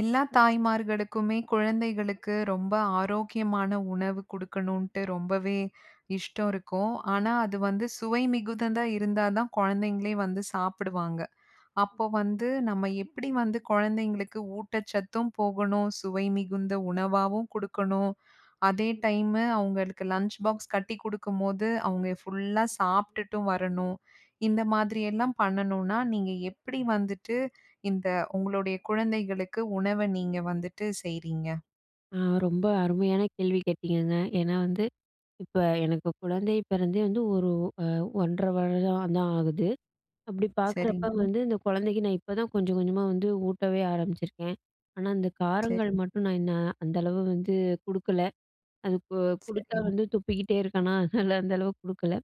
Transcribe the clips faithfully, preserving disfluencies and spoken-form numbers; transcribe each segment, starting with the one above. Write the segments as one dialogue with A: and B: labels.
A: எல்லா தாய்மார்களுக்குமே குழந்தைகளுக்கு ரொம்ப ஆரோக்கியமான உணவு குடுக்கணுன்ட்டு ரொம்பவே இஷ்டம் இருக்கும். ஆனா, அது வந்து சுவை மிகுந்ததா இருந்தா தான் குழந்தைங்களே வந்து சாப்பிடுவாங்க. அப்போ வந்து நம்ம எப்படி வந்து குழந்தைங்களுக்கு ஊட்டச்சத்தும் போகணும், சுவை மிகுந்த உணவாவும் குடுக்கணும். அதே டைமு அவங்களுக்கு லஞ்ச் பாக்ஸ் கட்டி குடுக்கும்போது, அவங்க ஃபுல்லா சாப்ட்டுட்டும் வரணும். இந்த மாதிரி எல்லாம் பண்ணணும்னா, நீங்க எப்படி வந்துட்டு இந்த உங்களுடைய குழந்தைகளுக்கு உணவ நீங்க வந்துட்டு செய்றீங்க?
B: ஆ, ரொம்ப அருமையான கேள்வி கேட்டீங்கங்க. ஏன்னா வந்து, இப்ப எனக்கு குழந்தை பிறந்தே வந்து ஒரு அ ஒன்றரை வருடம் தான் ஆகுது. அப்படி பார்க்குறப்ப
A: சரிங்க,
B: வந்து இந்த குழந்தைக்கு நான் இப்ப தான் கொஞ்சம் கொஞ்சமா வந்து ஊட்டவே ஆரம்பிச்சிருக்கேன். ஆனா இந்த காரங்கள்
A: சரி,
B: மட்டும் நான் என்ன அந்த அளவு வந்து குடுக்கல. அது கு குடுத்தா
A: சரிங்க.
B: வந்து துப்பிக்கிட்டே இருக்கானா, அதனால அந்த அளவு குடுக்கல.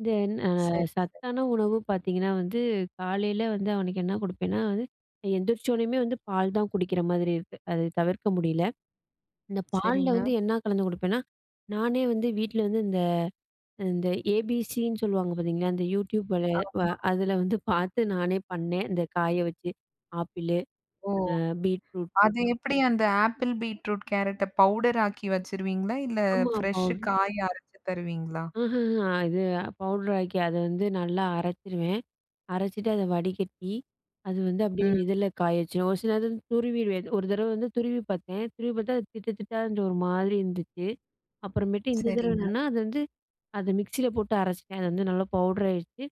B: இந்த அ
A: சரி, சரிங்க.
B: சத்தான உணவு பார்த்தீங்கன்னா வந்து, காலையில வந்து அவனுக்கு என்ன குடுப்பேன்னா வந்து எந்திரிச்சோனையுமே வந்து பால் தான் குடிக்கிற மாதிரி இருக்கு. அது தவிர்க்க முடியல. இந்த பால்ல
A: சரிங்க.
B: வந்து என்ன கலந்து குடுப்பேன்னா, நானே வந்து வீட்ல வந்து இந்த இந்த ஏபிசின்னு சொல்லுவாங்க பார்த்தீங்களா? அந்த யூடியூப் வல
A: ஆ,
B: வ அதில வந்து பார்த்து நானே பண்ணேன். இந்த காய வச்சு ஆப்பிளு,
A: ஓ!
B: அ பீட்ரூட்டு.
A: அது எப்படி அந்த ஆப்பிள், பீட்ரூட், கேரட்ட பவுடர் ஆக்கி வச்சுருவீங்களா? இல்ல
B: ஆமா,
A: ஃப்ரெஷ்
B: பவுடர்.
A: காய் அரைச்சு தருவீங்களா?
B: ஆஹஹ இது பவுடர் ஆக்கி அத வந்து நல்லா அரைச்சுருவேன். அரைச்சுட்டு அத வடிகட்டி, அது வந்து அப்படியே
A: ம்.
B: இதில காய வச்சுருவேன். ஒரு சில நேரத்துல துருவிடுவேன். ஒரு தடவ வந்து துருவி பார்த்தேன். துருவி பார்த்தா அது திட்டு திட்டா இருந்துச்சு, ஒரு மாதிரி இருந்துச்சு. அப்புறமேட்டு இந்த தடவ
A: சரிங்க.
B: என்னன்னா, அது வந்து அத மிக்ஸியில போட்டு அரைச்சுட்டேன். அது வந்து நல்லா பவுடர் ஆயிடுச்சு.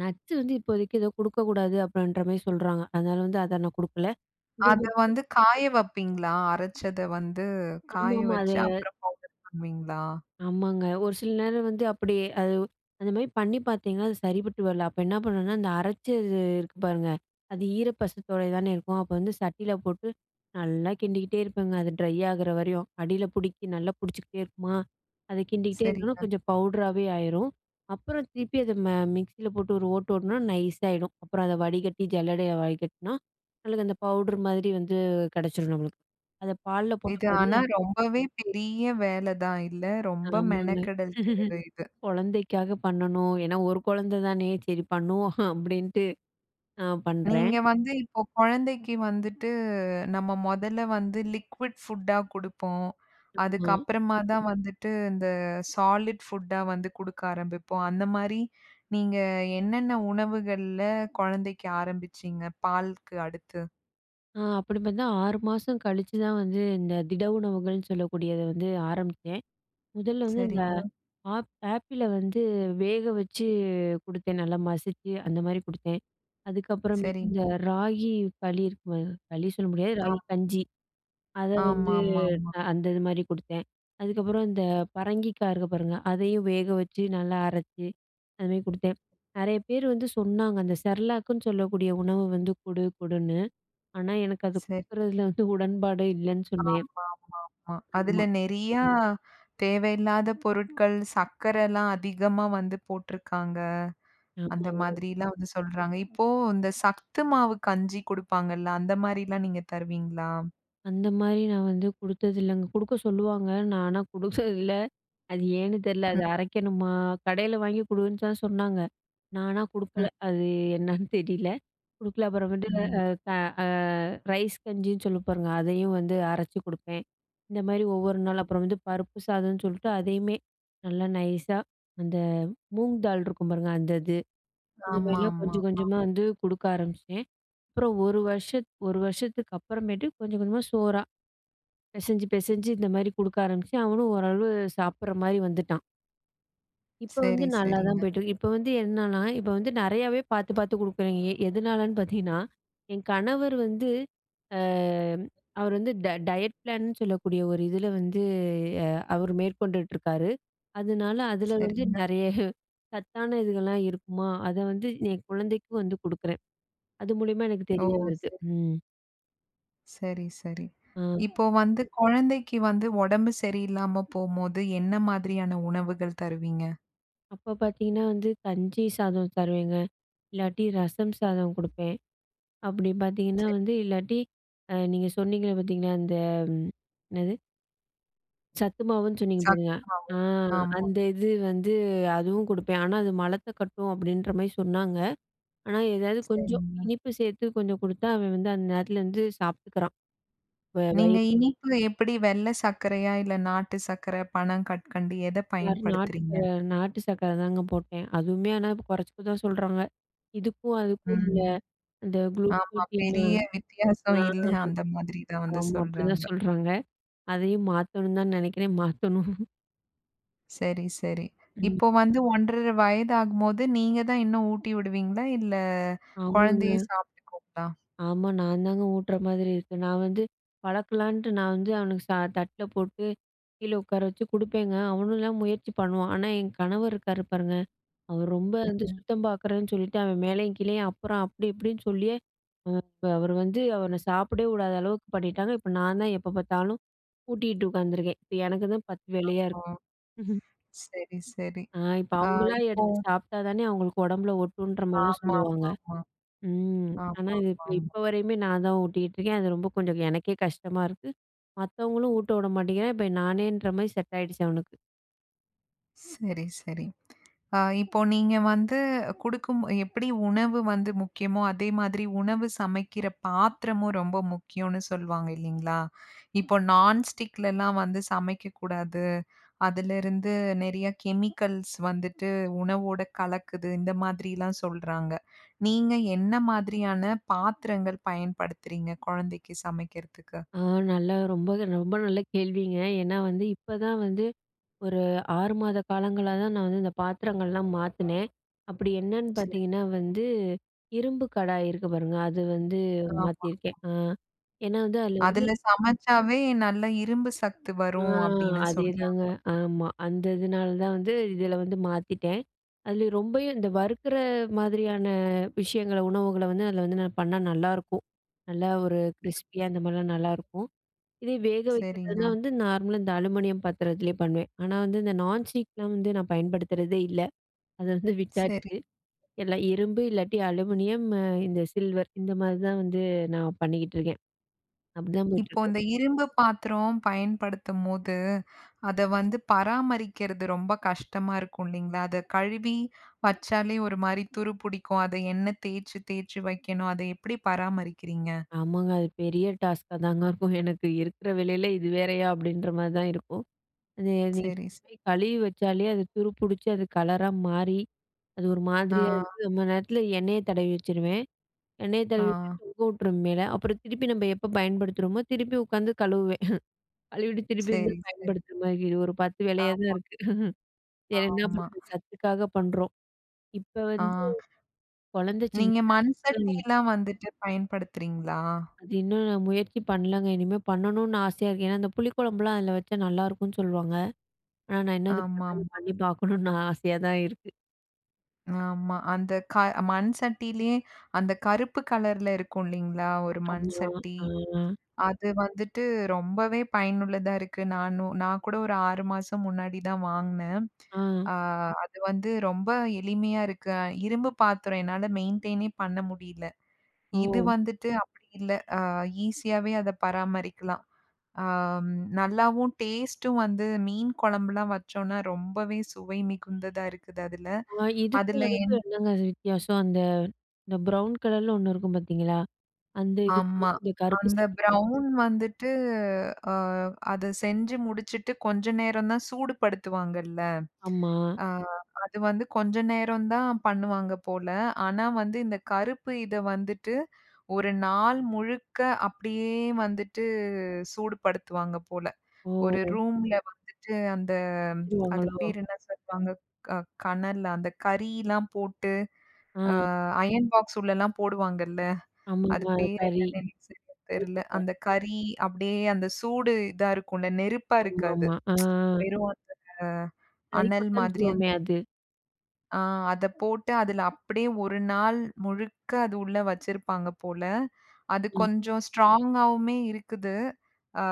B: நட்ஸ் வந்து இப்போதைக்கு ஏதோ குடுக்கக்கூடாது அப்படின்ற மாரி சொல்றாங்க. அதனால வந்து அத நான் குடுக்கல. இது
A: அத வந்து காய வப்பீங்களா? அரைச்சத வந்து காய
B: ஆமாமா.
A: வச்சு
B: அது
A: அப்புறம் பவுடர் பண்ணுவீங்களா?
B: ஆமாங்க. ஒரு சில நேரம் வந்து அப்படி அது அந்த மாரி பண்ணி பார்த்தீங்கன்னா, அது சரிப்பட்டு வரல. அப்ப என்ன பண்ணணும்னா, அந்த அரைச்சது இருக்கு பாருங்க, அது ஈரப்பசத்தோட தானே இருக்கும். அப்ப வந்து சட்டியில போட்டு நல்லா கிண்டிக்கிட்டே இருப்பேங்க. அது ட்ரை ஆகுற வரையும். அடியில புடிக்கி நல்லா புடிச்சுக்கிட்டே இருக்குமா, அத கிண்டிக்கிட்டே இருக்கோன்னா,
A: சரிங்க.
B: கொஞ்சம் பவுடராவே ஆயிரும். அப்புறம் திருப்பி அத ம மிக்ஸியில போட்டு ஒரு ஓட்டு ஓட்டுனா நைஸ் ஆயிடும். அப்புறம் அத வடிகட்டி ஜல்லடைய வடிகட்டினா, நம்மளுக்கு அந்த பவுடர் மாதிரி வந்து கிடைச்சிரும் நம்மளுக்கு. அத பால்ல போட்டு
A: இது
B: கலந்து
A: ஆனா ரொம்பவே பெரிய வேல தான் இல்ல? ரொம்ப
B: ஆமாங்க.
A: மெனக்கெடல் தேவை இது.
B: குழந்தைக்காக பண்ணணும். ஏன்னா, ஒரு குழந்தை தானே, சரி பண்ணுவோம் அப்படின்ட்டு நான் பண்றேன்.
A: நீங்க வந்து இப்போ குழந்தைக்கு வந்துட்டு நம்ம மொதல்ல வந்து லிக்விட் ஃபுட்டா குடுப்போம்.
B: ஆமா.
A: அதுக்கப்புறமா தான் வந்துட்டு இந்த சாலிட் ஃபுட்டா வந்து குடுக்க ஆரம்பிப்போம். அந்த மாரி நீங்க என்னென்ன உணவுகள்ல குழந்தைக்கு ஆரம்பிச்சீங்க? பாலுக்கு அடுத்து.
B: ஆ, அப்படி பார்த்தா ஆறு மாசம் கழிச்சு தான் வந்து இந்த திட உணவுகள்ன்னு சொல்லக்கூடியத வந்து ஆரம்பிச்சேன். முதல்ல வந்து இந்த
A: சரிங்க,
B: ஆப் ஆப்பிள வந்து வேக வச்சு குடுத்தேன். நல்லா மசிச்சு அந்த மாரி குடுத்தேன். அதுக்கப்புறமேட்டு இந்த
A: சரிங்க.
B: ராகி களி இருக்கு. களி சொல்ல முடியாது.
A: ஆ
B: ராகி கஞ்சி. அத வந்து
A: ஆமாமாமா.
B: அ அந்த இது மாரி குடுத்தேன். அதுக்கப்புறம் இந்த பரங்கிக்காய் இருக்கு பாருங்க, அதையும் வேக வச்சு நல்லா அரைச்சு, அது மாரி குடுத்தேன். நெறைய பேர் வந்து சொன்னாங்க, அந்த செர்லாக்குன்னு சொல்லக்கூடிய உணவு வந்து குடு குடுன்னு. ஆனா எனக்கு அது
A: சரி.
B: குடுக்குறதுல வந்து உடன்பாடு இல்லன்னு
A: ஆமா,
B: சொன்னேன்.
A: ஆமா, ஆமா. அதுல
B: ஆமா,
A: நெறையா தேவையில்லாத பொருட்கள், சர்க்கரைலாம் அதிகமா வந்து போட்டிருக்காங்க. அந்த
B: ஆமாங்க.
A: மாதிரிலாம் வந்து சொல்றாங்க. இப்போ இந்த சத்து மாவு கஞ்சி குடுப்பாங்கல்ல, அந்த மாரிலாம் நீங்க தருவீங்களா?
B: அந்த மாரி நான் வந்து குடுத்ததில்லங்க. குடுக்க சொல்லுவாங்க. நான் ஆனா குடுத்ததில்ல. அது ஏன்னு தெரியல.
A: ம்,
B: அது அரைக்கணுமா? கடையில வாங்கி குடுன்னு தான் சொன்னாங்க. நான் ஆனா
A: ம்,
B: குடுக்கல. அது என்னன்னு தெரியல. குடுக்கல. அப்புறமேட்டு
A: ம்.
B: அ க அ ரைஸ் கஞ்சின்னு சொல்லி பாருங்க. அதையும் வந்து அரைச்சு குடுப்பேன். இந்த மாரி ஒவ்வொரு நாள் அப்புறம் வந்து பருப்பு சாதம்ன்னு சொல்லிட்டு அதையுமே நல்லா நைஸா அந்த மூங் தால் இருக்கும் பாருங்க. அந்த இது. அந்த
A: ஆமா,
B: மாரிலாம்
A: ஆமா,
B: கொஞ்சம் கொஞ்சமா
A: ஆமா.
B: வந்து குடுக்க ஆரம்பிச்சேன். அப்புறம் ஒரு வருஷத் ஒரு வருஷத்துக்கு அப்புறமேட்டு கொஞ்சம் கொஞ்சமா சோறா பெசஞ்சு, பெசஞ்சு இந்த மாரி குடுக்க ஆரம்பிச்சேன். அவனும் ஓரளவு சாப்பிடுற மாரி வந்துட்டான். இப்ப வந்து
A: சரி,
B: நல்லா தான்
A: சரிங்க.
B: போயிட்டுருக்கு. இப்ப வந்து என்னன்னா, இப்ப வந்து நெறையாவே பாத்து, பாத்து குடுக்குறேன். எ எதனாலன்னு பாத்தீங்கன்னா, என் கணவர் வந்து அ அவர் வந்து ட டயட் பிளான்னு சொல்லக்கூடிய ஒரு இதுல வந்து அ அவர் மேற்கொண்டுட்டுருக்காரு. அதனால அதுல வந்து
A: சரிங்க.
B: நெறைய சத்தான இதுகள்லாம் இருக்குமா, அத வந்து என் குழந்தைக்கு வந்து குடுக்குறேன். அது மூலியமா எனக்கு
A: ஓ!
B: தெரிய வருது.
A: சரி,
B: ம்.
A: சரி, சரி.
B: ஆ.
A: இப்போ வந்து குழந்தைக்கு வந்து உடம்பு சரியில்லாம போம்போது, என்ன மாதிரியான உணவுகள் தருவீங்க?
B: அப்ப பாத்தீங்கன்னா வந்து கஞ்சி சாதம் தருவேங்க. இல்லாட்டி ரசம் சாதம் குடுப்பேன். அப்படி பார்த்தீங்கன்னா
A: சரி,
B: வந்து இல்லாட்டி அ நீங்க சொன்னீங்க பார்த்தீங்களா, அந்த ம் என்னது? சத்து மாவுன்னு சொன்னீங்க
A: சத்து
B: பாருங்க.
A: மாவு.
B: ஆ,
A: ஆமா.
B: அந்த இது வந்து அதுவும் குடுப்பேன். ஆனா அது மலத்த கட்டும் அப்படின்ற மாரி சொன்னாங்க. ஆனா ஏதாவது கொஞ்சம்
A: சரிங்க.
B: இனிப்பு சேர்த்து கொஞ்சம் குடுத்தா, அவன் வந்து அந்த நேரத்துல வந்து சாப்ட்டுக்கிறான். வ
A: நீங்க
B: வயிறு
A: இனிப்பு எப்படி வெள்ள சர்க்கரையா? இல்ல நாட்டு சர்க்கரை, பனங்கற்கண்டு எத
B: ஃபுல்லாற நாட்டு
A: பயன்படுத்துறீங்க?
B: ச நாட்டு சர்க்கரை தாங்க போட்டேன். அதுவுமே ஆனா இப்ப குறைச்சுக்க தான் சொல்றாங்க. இதுக்கும் அதுக்கும் உள்ள
A: ம்.
B: அந்த
A: ஆமா.
B: குளுக்கோட்டின்.
A: பெரிய வித்தியாசம் இல்ல.
B: ஆ,
A: அந்த மாதிரி தான் வந்து
B: ஆமா, அப்படிதான்
A: சொல்றாங்க.
B: சொல்றாங்க. அதையும் மாத்தணும்னு தான் நினைக்கிறேன். மாத்தணும்.
A: சரி, சரி.
B: ம்.
A: இப்போ வந்து ஒன்றரை வயது ஆகும்போது, நீங்க தான் இன்னும் ஊட்டி விடுவீங்களா? இல்ல
B: ஆமாங்க.
A: குழந்தையே சாப்பிட்டுக்குங்களா?
B: ஆமா. நான் தாங்க ஊட்டுற மாதிரி இருக்கு. நான் வந்து பழக்கலான்ட்டு நான் வந்து அவனுக்கு சா தட்ல போட்டு கீழ உட்கார வச்சு குடுப்பேங்க. அவனும்லாம் முயற்சி பண்ணுவான். ஆனா, என் கணவர் இருக்காரு பாருங்க, அவர் ரொம்ப வந்து
A: ம்.
B: சுத்தம் பார்க்குறேன்னு சொல்லிட்டு அவன் மேலேயும் கீழேயும் அப்புறம் அப்படி இப்படின்னு சொல்லியே, அ இப்ப அவர் வந்து அவன சாப்பிடவே விடாத அளவுக்கு பண்ணிட்டாங்க. இப்ப நான் தான் எப்ப பார்த்தாலும் ஊட்டிட்டு உட்காந்துருக்கேன். இப்ப எனக்கு தான் பத்து வேலையா
A: ஓ!
B: இருக்கு.
A: சரி, சரி.
B: ஆ, இப்ப
A: ஆ
B: அவங்களா
A: இப்போ
B: எடுத்து சாப்பிட்டா தானே அவங்களுக்கு உடம்புல ஒட்டுன்ற மாரிலாம் சொல்லுவாங்க.
A: ஆமாமாமா.
B: ம். ஆனா, இது இப்ப
A: ஆமாமாமா.
B: இப்ப வரையுமே நான் தான் ஊட்டிக்கிட்டு இருக்கேன். அது ரொம்ப கொஞ்சம் எனக்கே கஷ்டமா இருக்கு. மத்தவங்களும் ஊட்ட விட மாட்டேங்கிறேன். இப்ப நானேன்ற மாரி செட் ஆயிடுச்சு அவனுக்கு.
A: சரி, சரி. ஆ இப்போ நீங்க வந்து குடுக்கும் எப்படி உணவு வந்து முக்கியமோ, அதே மாதிரி உணவு சமைக்கிற பாத்திரமும் ரொம்ப முக்கியம்னு சொல்லுவாங்க இல்லீங்களா? இப்போ நான்ஸ்டிக்லலாம் வந்து சமைக்கக்கூடாது. அதிலிருந்து நெறைய கெமிக்கல்ஸ் வந்துட்டு உணவோட கலக்குது. இந்த மாதிரிலாம் சொல்றாங்க. நீங்க என்ன மாதிரியான பாத்திரங்கள் பயன்படுத்துறீங்க குழந்தைக்கு சமைக்கிறதுக்கு?
B: ஆ, நல்லா ரொம்ப ரொம்ப நல்ல கேள்விங்க. ஏன்னா வந்து இப்ப தான் வந்து ஒரு ஆறு மாத காலங்களா தான் நான் வந்து இந்த பாத்திரங்கள்லாம் மாத்துனேன். அப்படி என்னன்னு
A: சரி.
B: பார்த்தீங்கன்னா வந்து, இரும்பு கடாய் இருக்கு பாருங்க. அது வந்து
A: ஆமா.
B: மாத்தியிருக்கேன். ஆ. ஏன்னா வந்து அதில வந்து
A: அதுல சமைச்சாவே நல்ல இரும்பு சத்து
B: ஆ
A: வரும் அப்படின்னு சொல்றாங்க.
B: அதேதாங்க. ஆமா. அந்த இதுனால தான் வந்து இதில வந்து மாத்திட்டேன். அதுலயும் ரொம்பயும் இந்த வறுக்கிற மாதிரியான விஷயங்கள, உணவுகள வந்து அதில வந்து நான் பண்ணா நல்லாருக்கும். நல்லா ஒரு கிரிஸ்பியா அந்த மாரிலாம் நல்லாருக்கும். இதே வேக வைக்கிறதுனா
A: சரிங்க.
B: வந்து நார்மலா இந்த அலுமினியம் பாத்திரத்திலேயே பண்ணுவேன். ஆனா வந்து இந்த நான்ஸ்டிக்லாம் வந்து நான் பயன்படுத்துறதே இல்ல. அத வந்து
A: சரி.
B: விட்டாச்சு. எல்லாம் இரும்பு இல்லாட்டி அலுமினியம், அ இந்த சில்வர் இந்த மாரி தான் வந்து நான் பண்ணிக்கிட்டு இருக்கேன். அப்டிதான்
A: இப்போ
B: போயிட்டுருக்கு.
A: இந்த இரும்பு பாத்திரம் பயன்படுத்தும்போது, அத வந்து பராமரிக்கிறது ரொம்ப கஷ்டமா இருக்கும் இல்லைங்களா? அத கழுவி வச்சாலே ஒரு மாரி துரு புடிக்கும். அத எண்ணெய் தேய்ச்சு தேய்ச்சு வைக்கணும். அத எப்படி பராமரிக்கிறீங்க?
B: ஆமாங்க. அது பெரிய டாஸ்க்கா தாங்க இருக்கும். எனக்கு இருக்கிற வேலையில இது வேறையா? அப்படின்ற மாரி தான் இருக்கும். அது நீங்க
A: சரி, சரி.
B: கழுவி வச்சாலே அது துரு புடிச்சு அது கலரா மாறி, அது ஒரு
A: ஆ,
B: மாதிரியா இருக்கு. ரொம்ப நேரத்துல எண்ணெய தடவி வச்சுருவேன். எண்ணெய
A: ஆ.
B: தடவி வச்சு தொங்க விட்டுருவேன் மேல. அப்புறம் திருப்பி நம்ம எப்ப பயன்படுத்துறோமோ, திருப்பி உட்காந்து கழுவுவேன். கழுவிட்டு திருப்பி வந்து
A: சரி, சரி.
B: பயன்படுத்துற மாரி இது ஒரு பத்து வேலையா தான் இருக்கு. வேற
A: ஆமா,
B: என்ன
A: ஆமா.
B: பண்றது? சத்துக்காக பண்றோம். இப்ப
A: ஆ
B: வந்து குழந்தை
A: நீங்க மண்
B: சின்னதுனால
A: சட்டிலாம் வந்துட்டு பயன்படுத்துறீங்களா?
B: அது இன்னும் நான் முயற்சி பண்ணலங்க. இனிமே பண்ணணும்னு ஆசையா இருக்கு. ஏன்னா, அந்த புளிக்குழம்புலாம் அதில வச்சா நல்லாயிருக்கும்ன்னு சொல்லுவாங்க. ஆனா, நான் இன்னும் இது
A: ஆமாமா.
B: பண்ணாம
A: ஆமா.
B: பண்ணி பார்க்கணும்னு ஆசையா தான் இருக்கு.
A: ஆமா. அந்த க மண் சட்டியிலயே அந்த கருப்பு கலர்ல இருக்கும் இல்லைங்களா? ஒரு மண்
B: ஆமா.
A: சட்டி.
B: ஆ.
A: அது வந்துட்டு ரொம்பவே பயனுள்ளதா இருக்கு. நானும் நான் கூட ஒரு ஆறு மாசம் முன்னாடி தான் வாங்குனேன்.
B: ஆ.
A: ஆ அது வந்து ரொம்ப எளிமையா இருக்கு. அஹ் இரும்பு பாத்திரம் என்னால மெயின்டெயினே பண்ண முடியல. இது
B: ஓ!
A: வந்துட்டு அப்படி இல்ல. ஆ ஈஸியாவே அத பராமரிக்கலாம். ஆம், நல்லாவும் டேஸ்ட்டும் வந்து மீன் குழம்புலாம் வச்சோம்னா ரொம்பவே சுவை மிகுந்ததா இருக்குது அதுல.
B: ஆ,
A: அதுல
B: இதுக்கும் அதுக்கும் என்னங்க வித்தியாசம்? அந்த இந்த ப்ரவுன் கலர்ல ஒண்ணு இருக்கும் பார்த்தீங்களா? அந்த
A: ஆமா.
B: இதுக்கும், இந்த கருப்பு
A: அந்த
B: சட்னிக்கும்.
A: பிரவுன் வந்துட்டு அ அத செஞ்சு முடிச்சுட்டு கொஞ்ச நேரம் தான் சூடுபடுத்துவாங்கல்ல.
B: ஆமா.
A: அ அது வந்து கொஞ்ச நேரம் தான் பண்ணுவாங்க போல. ஆனா வந்து இந்த கருப்பு இத வந்துட்டு ஒரு நாள் முழுக்க அப்படியே வந்துட்டு சூடுபடுத்துவாங்க போல. ஒரு
B: ஓ!
A: ரூம்ல வந்துட்டு அந்த ம், அது
B: வச்சுருவாங்களோ?
A: பேர் என்ன சொல்லுவாங்க? க கனல்ல அந்த கறிலாம் போட்டு அ
B: ஆ.
A: அயர்ன் பாக்ஸ் உள்ளலாம் போடுவாங்கல்ல. அது
B: ஆமாமா.
A: பேர்
B: கறி.
A: என்னன்னு எனக்கு சரியா தெரியல.
B: கறிக்கொட்டை.
A: அந்த கறி அப்படியே அந்த சூடு இதா இருக்கும்ல. நெருப்பா இருக்காது.
B: ஆமாமா. ஆ.
A: வெறும் அனல்
B: கறிக்கொட்டைன்னு
A: மாதிரி
B: சொல்லுவோமே அது.
A: ஆ அத போட்டு அதுல அப்படியே ஒரு நாள் முழுக்க அது உள்ள வச்சிருப்பாங்க போல. அது
B: ம்.
A: கொஞ்சம் ஸ்ட்ராங்காவுமே இருக்குது. ஆ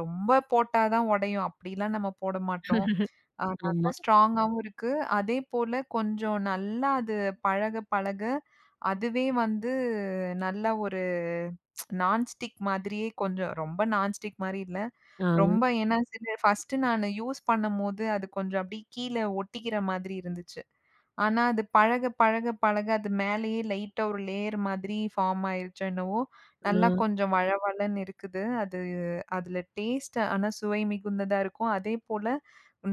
A: ரொம்ப போட்டா தான் உடையும். அப்படிலாம் நம்ம போட மாட்டோம். அ நல்லா
B: ஆமா.
A: ஸ்ட்ராங்காவும் இருக்கு. அதே போல கொஞ்சம் நல்லா அது பழக பழக அதுவே வந்து நல்ல ஒரு நான் ஸ்டிக் மாதிரியே கொஞ்சம் ரொம்ப நான் ஸ்டிக் மாரி இல்ல. ரொம்ப
B: ஆ.
A: ஏன்னா சில ஃபர்ஸ்ட்டு நானு யூஸ் பண்ணும்போது, அது கொஞ்சம் அப்படியே கீழ ஒட்டிக்கிற மாதிரி இருந்துச்சு. ஆனா அது பழக, பழக, பழக அது மேலேயே லைட்டா ஒரு லேயர் மாதிரி ஃபார்ம் ஆயிருச்சோ என்னவோ!
B: ஆ.
A: நல்லா கொஞ்சம் வழவழன்னு இருக்குது. அது அதுல டேஸ்ட் ஆனா சுவை மிகுந்ததா இருக்கும். அதேபோல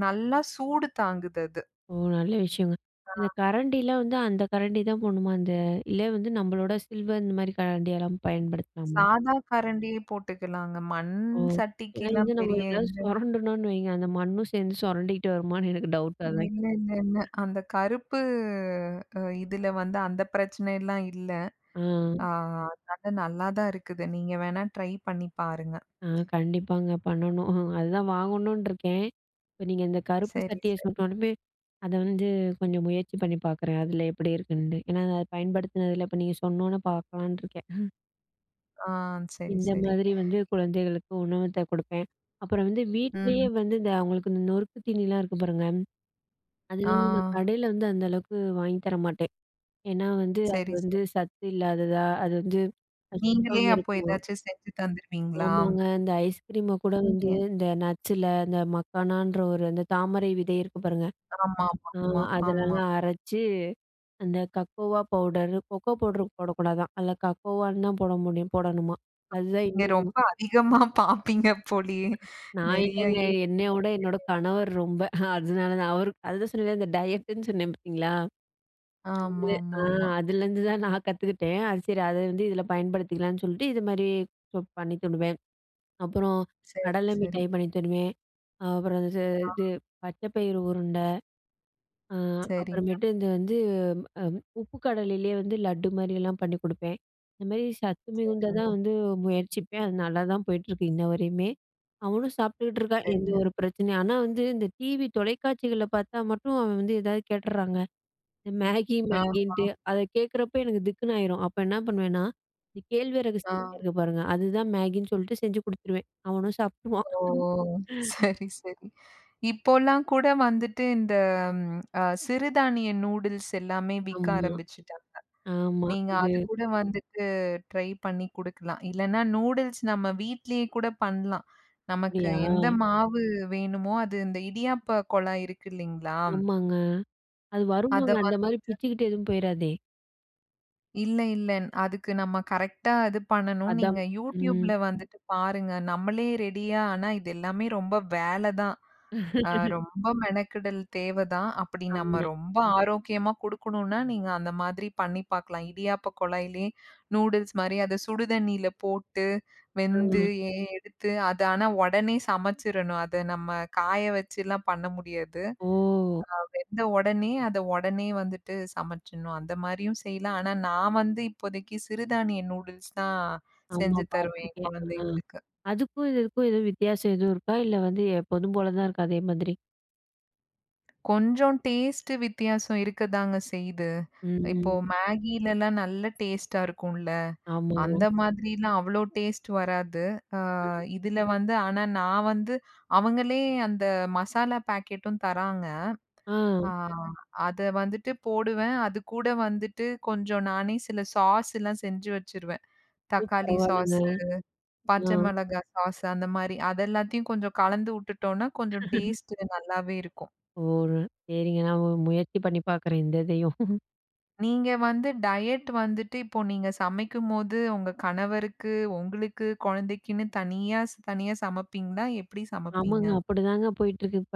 A: நல்லா சூடு தாங்குது அது.
B: ஓ! நல்ல விஷயங்க. இந்த கரண்டிலாம் வந்து அந்த கரண்டி தான் போடணுமா? அந்த இல்ல வந்து நம்மளோட சில்வர் இந்த மாரி கரண்டியெல்லாம் பயன்படுத்தலாமா?
A: சாதா கரண்டியே போட்டுக்கலாங்க. மண்
B: ஓ! ஏன்னா வந்து
A: சட்டிக்கிலாம்
B: நம்ம
A: பெரிய
B: ஏதாவது
A: எந்த
B: சொரண்டணும்னு வைங்க, அந்த மண்ணும் சேர்ந்து சொரண்டிக்கிட்டு வருமான்னு எனக்கு டவுட்டா தான்.
A: இல்ல, இல்ல, இல்ல. அந்த கருப்பு அ இதுல வந்து அந்த பிரச்சனைலாம் இல்ல.
B: ஆ,
A: ஆ அதனால நல்லா தான் இருக்குது. நீங்க வேணா ட்ரை பண்ணி பாருங்க.
B: ஆ, கண்டிப்பாங்க பண்ணணும். அதுதான் வாங்கணும்னு இருக்கேன். இப்ப நீங்க இந்த கருப்பு
A: சரி,
B: சட்டிய
A: சரி.
B: சொன்னோனமே, அத வந்து கொஞ்சம் முயற்சி பண்ணி பார்க்குறேன். அதில எப்படி இருக்குன்ட்டு. ஏன்னா அத பயன்படுத்தினதில இப்ப நீங்க சொன்னோனே பார்க்கலான்னு இருக்கேன்.
A: ஆ சரி,
B: இந்த
A: சரி.
B: மாதிரி வந்து குழந்தைகளுக்கு உணவத்த குடுப்பேன். அப்புறம் வந்து வீட்லயே
A: ம்.
B: வந்து இந்த அவங்களுக்கு இந்த நொறுக்கு தீனிலாம் இருக்கு பாருங்க.
A: ஆ
B: அதெல்லாம் வந்து நான் கடையில வந்து அந்த அளவுக்கு வாங்கி தர மாட்டேன். ஏன்னா வந்து அது
A: சரி, சரி.
B: வந்து சத்து இல்லாததா, அது வந்து அது
A: நீங்களே
B: சுத்தாம
A: அப்போ
B: இருக்குமா.
A: ஏதாச்சும் செஞ்சு தந்துருவீங்களா?
B: ஆமாங்க. இந்த ஐஸ்கிரீம கூட வந்து
A: ம்.
B: இந்த நட்ஸ்ல இந்த மக்கானான்ற ஒரு அந்த தாமரை விதை இருக்கு பாருங்க.
A: ஆமா, ஆமா,
B: ஆ,
A: ஆமா. ஆமா.
B: அதுலலாம் அரைச்சு அந்த கக்கோவா பவுடர், கொக்கோ பவுடர் போடக்கூடாதாம். அதில கக்கோவான்னு தான் போட முடியும் போடணுமா. அதுதான்.
A: நீங்க ரொம்ப அதிகமா பாப்பீங்க போலயே!
B: நான்
A: நெறைய
B: இல்லங்க. என்னைய விட
A: YouTubeல.
B: என்னோட கணவர் ரொம்ப அதனால தான் அவரு அதுதான் சொன்னேன்ல இந்த டயட்டுன்னு சொன்னேன் பார்த்தீங்களா? அது ஆ
A: ஆமாமாமா.
B: அதுலேருந்து தான் நான் கத்துக்கிட்டேன். அது சரி அத வந்து இதில பயன்படுத்திக்கலாம்ன்னு சொல்லிட்டு இது மாரி பண்ணி தருவேன். அப்புறம்
A: சரி,
B: கடலை
A: சரி.
B: மிட்டாய் பண்ணி தருவேன். அப்புறம் இது
A: ஆ
B: இது பச்சை பயிறு உருண்டை. அ
A: சரிங்க,
B: அப்புறமேட்டு இந்த வந்து அம் உப்பு கடலையிலேயே வந்து லட்டு மாரியெல்லாம் பண்ணி குடுப்பேன். இந்த மாரி சத்து மிகுந்ததா
A: சரிங்க,
B: வந்து முயற்சிப்பேன். அது நல்லா தான் போயிட்டுருக்கு இன்ன வரையுமே. அவனும் சாப்பிட்டுக்கிட்டு இருக்கான். எந்த
A: சரிங்க.
B: ஒரு பிரச்சனையும் ஆனா வந்து இந்த டிவி தொலைக்காட்சிகள்ல பார்த்தா மட்டும் அவன் வந்து ஏதாவது கேட்டுர்றாங்க. இந்த மேகி,
A: ஆ,
B: மேகின்ட்டு அத கேட்குறப்ப எனக்கு திக்குன்னு ஆயிரும். அப்ப என்ன பண்ணுவேன்னா, இந்த கேழ்வரகு
A: ஆ.
B: சேமியா இருக்கு பாருங்க. அதுதான் மேகின்னு சொல்லிட்டு செஞ்சு குடுத்துருவேன். அவனும் சாப்ட்டுருவான்.
A: ஓ! சரி, சரி. இப்போலாம் கூட வந்துட்டு இந்த ம் அ சிறுதானிய நூடுல்ஸ் எல்லாமே விக்க
B: ஆமா,
A: ஆரம்பிச்சுட்டாங்க.
B: ஆமா.
A: நீங்க
B: அது
A: அது கூட வந்துட்டு ட்ரை பண்ணி குடுக்கலாம். இல்லன்னா நூடுல்ஸ் நம்ம வீட்லயே கூட பண்ணலாம். நமக்கு
B: அப்படியா?
A: எந்த மாவு வேணுமோ, அது இந்த இடியாப்ப குழாய் இருக்கு இல்லைங்களா?
B: ஆமாங்க. அது
A: அத
B: வருமாங்க. அந்த
A: வந்து
B: மாரி பிச்சுக்கிட்டு எதுவும் போயிராதே!
A: இல்ல, இல்ல. அதுக்கு நம்ம கரெக்ட்டா இது பண்ணணும். நீங்க
B: அதான். ம்.
A: YouTubeல வந்துட்டு பாருங்க. நம்மளே ரெடியா ஆனா இது எல்லாமே ரொம்ப வேல தான். ஆ ரொம்ப மெனக்கெடல் தேவ தான். அப்படி நம்ம
B: ஆமா.
A: ரொம்ப ஆரோக்கியமா குடுக்கணும்னா, நீங்க அந்த மாதிரி பண்ணி பார்க்கலாம். இடியாப்ப குழாயிலே நூடுல்ஸ் மாரி அத சுடு தண்ணீல போட்டு,
B: ஆ.
A: வெந்து எ எடுத்து அது ஆனா உடனே சமைச்சிரணும். அத நம்ம காய வச்சுலாம் பண்ண முடியாது.
B: ஓ!
A: வெந்த உடனே அத உடனே வந்துட்டு சமைச்சிடணும். அந்த மாரியும் செய்யலாம். ஆனா நான் வந்து இப்போதைக்கு சிறுதானிய நூடுல்ஸ் தான்
B: ஆமா,
A: செஞ்சு தருவேன் என்
B: பார்த்துருக்கேன். ஆ.
A: குழந்தைங்களுக்கு.
B: அதுக்கும் இதுக்கும் எதுவும் வித்தியாசம் எதுவும் இருக்கா? இல்ல வந்து எப்போதும் போல தான் இருக்கா அதே மாதிரி?
A: கொஞ்சம் டேஸ்ட்டு வித்தியாசம் இருக்கதாங்க செய்யுது. இப்போ
B: ம்.
A: மேகிலலாம் நல்ல டேஸ்ட்டா இருக்கும்ல.
B: ஆமாங்க.
A: அந்த மாதிரிலாம் அவ்ளோ டேஸ்ட் வராது. அ இதுல வந்து ஆனா நான் வந்து அவங்களே அந்த மசாலா பாக்கெட்டும் தராங்க.
B: ஆ.
A: ஆ அத வந்துட்டு போடுவேன். அது கூட வந்துட்டு கொஞ்சம் நானே சில சாஸ்லாம் செஞ்சு வச்சுருவேன்.
B: ஓ!
A: தக்காளி சாஸ்,
B: பரவால்லங்க.
A: பச்சை
B: ஆ.
A: மிளகா சாஸ் அந்த மாரி. அதெல்லாத்தையும் கொஞ்சம் கலந்து உட்டுட்டோம்னா, கொஞ்சம் டேஸ்ட்டு நல்லாவே இருக்கும்.
B: ஓ! சரிங்க. நான் முயற்சி பண்ணி பார்க்குறேன் இந்த இதையும்.
A: நீங்க வந்து டயட் வந்துட்டு இப்போ நீங்க சமைக்கும்போது, உங்க கணவருக்கு, உங்களுக்கு, குழந்தைக்குன்னு தனியா ஸ் தனியா சமைப்பீங்களா? எப்படி சமைப்பீங்க?
B: ஆமாங்க. அப்படிதாங்க போயிட்டுருக்கு இப்ப.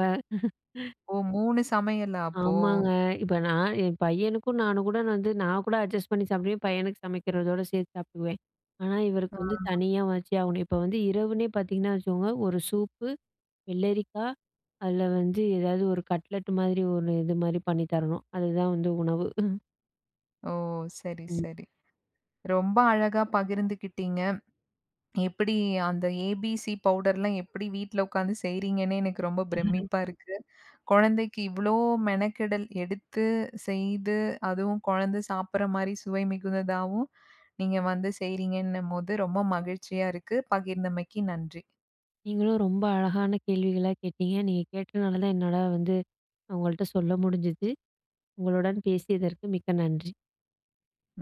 A: ஓ! மூன்று சமையலா அப்போ?
B: ஆமாங்க. இப்ப நான் என் பையனுக்கும் நானும் கூட நான் வந்து நான் கூட அட்ஜஸ்ட் பண்ணி சாப்பிடுவேன். பையனுக்கு சமைக்கிறதோட சேர்த்து சாப்பிடுவேன். ஆனா, இவருக்கு வந்து தனியா வச்சே ஆகணும். இப்ப வந்து இரவுனே பார்த்தீங்கன்னா வச்சுக்கோங்க, ஒரு சூப்பு, வெள்ளரிக்கா, அதில வந்து ஏதாவது ஒரு கட்லெட் மாதிரி ஒரு இது மாதிரி பண்ணி தரணும். அதுதான் வந்து உணவு.
A: ஓ! சரி,
B: ம்.
A: சரி. ரொம்ப அழகா பகிர்ந்துக்கிட்டீங்க. எப்படி அந்த ஏபிசி பவுடர்லாம் எப்படி வீட்ல உட்காந்து செய்றீங்கன்னே எனக்கு ரொம்ப பிரமிப்பா இருக்கு. குழந்தைக்கு இவ்ளோ மெனக்கெடல் எடுத்து, செய்து, அதுவும் குழந்தை சாப்பிடுற மாரி சுவை மிகுந்ததாவும், நீங்க வந்து செய்றீங்கன்னும்போது ரொம்ப மகிழ்ச்சியா இருக்கு. பகிர்ந்தமைக்கு நன்றி.
B: நீங்களும் ரொம்ப அழகான கேள்விகளா கேட்டீங்க. நீங்க கேட்டனால தான் என்னால வந்து உங்கள்ட்ட சொல்ல முடிஞ்சுது. உங்களுடன் பேசியதற்கு மிக்க நன்றி.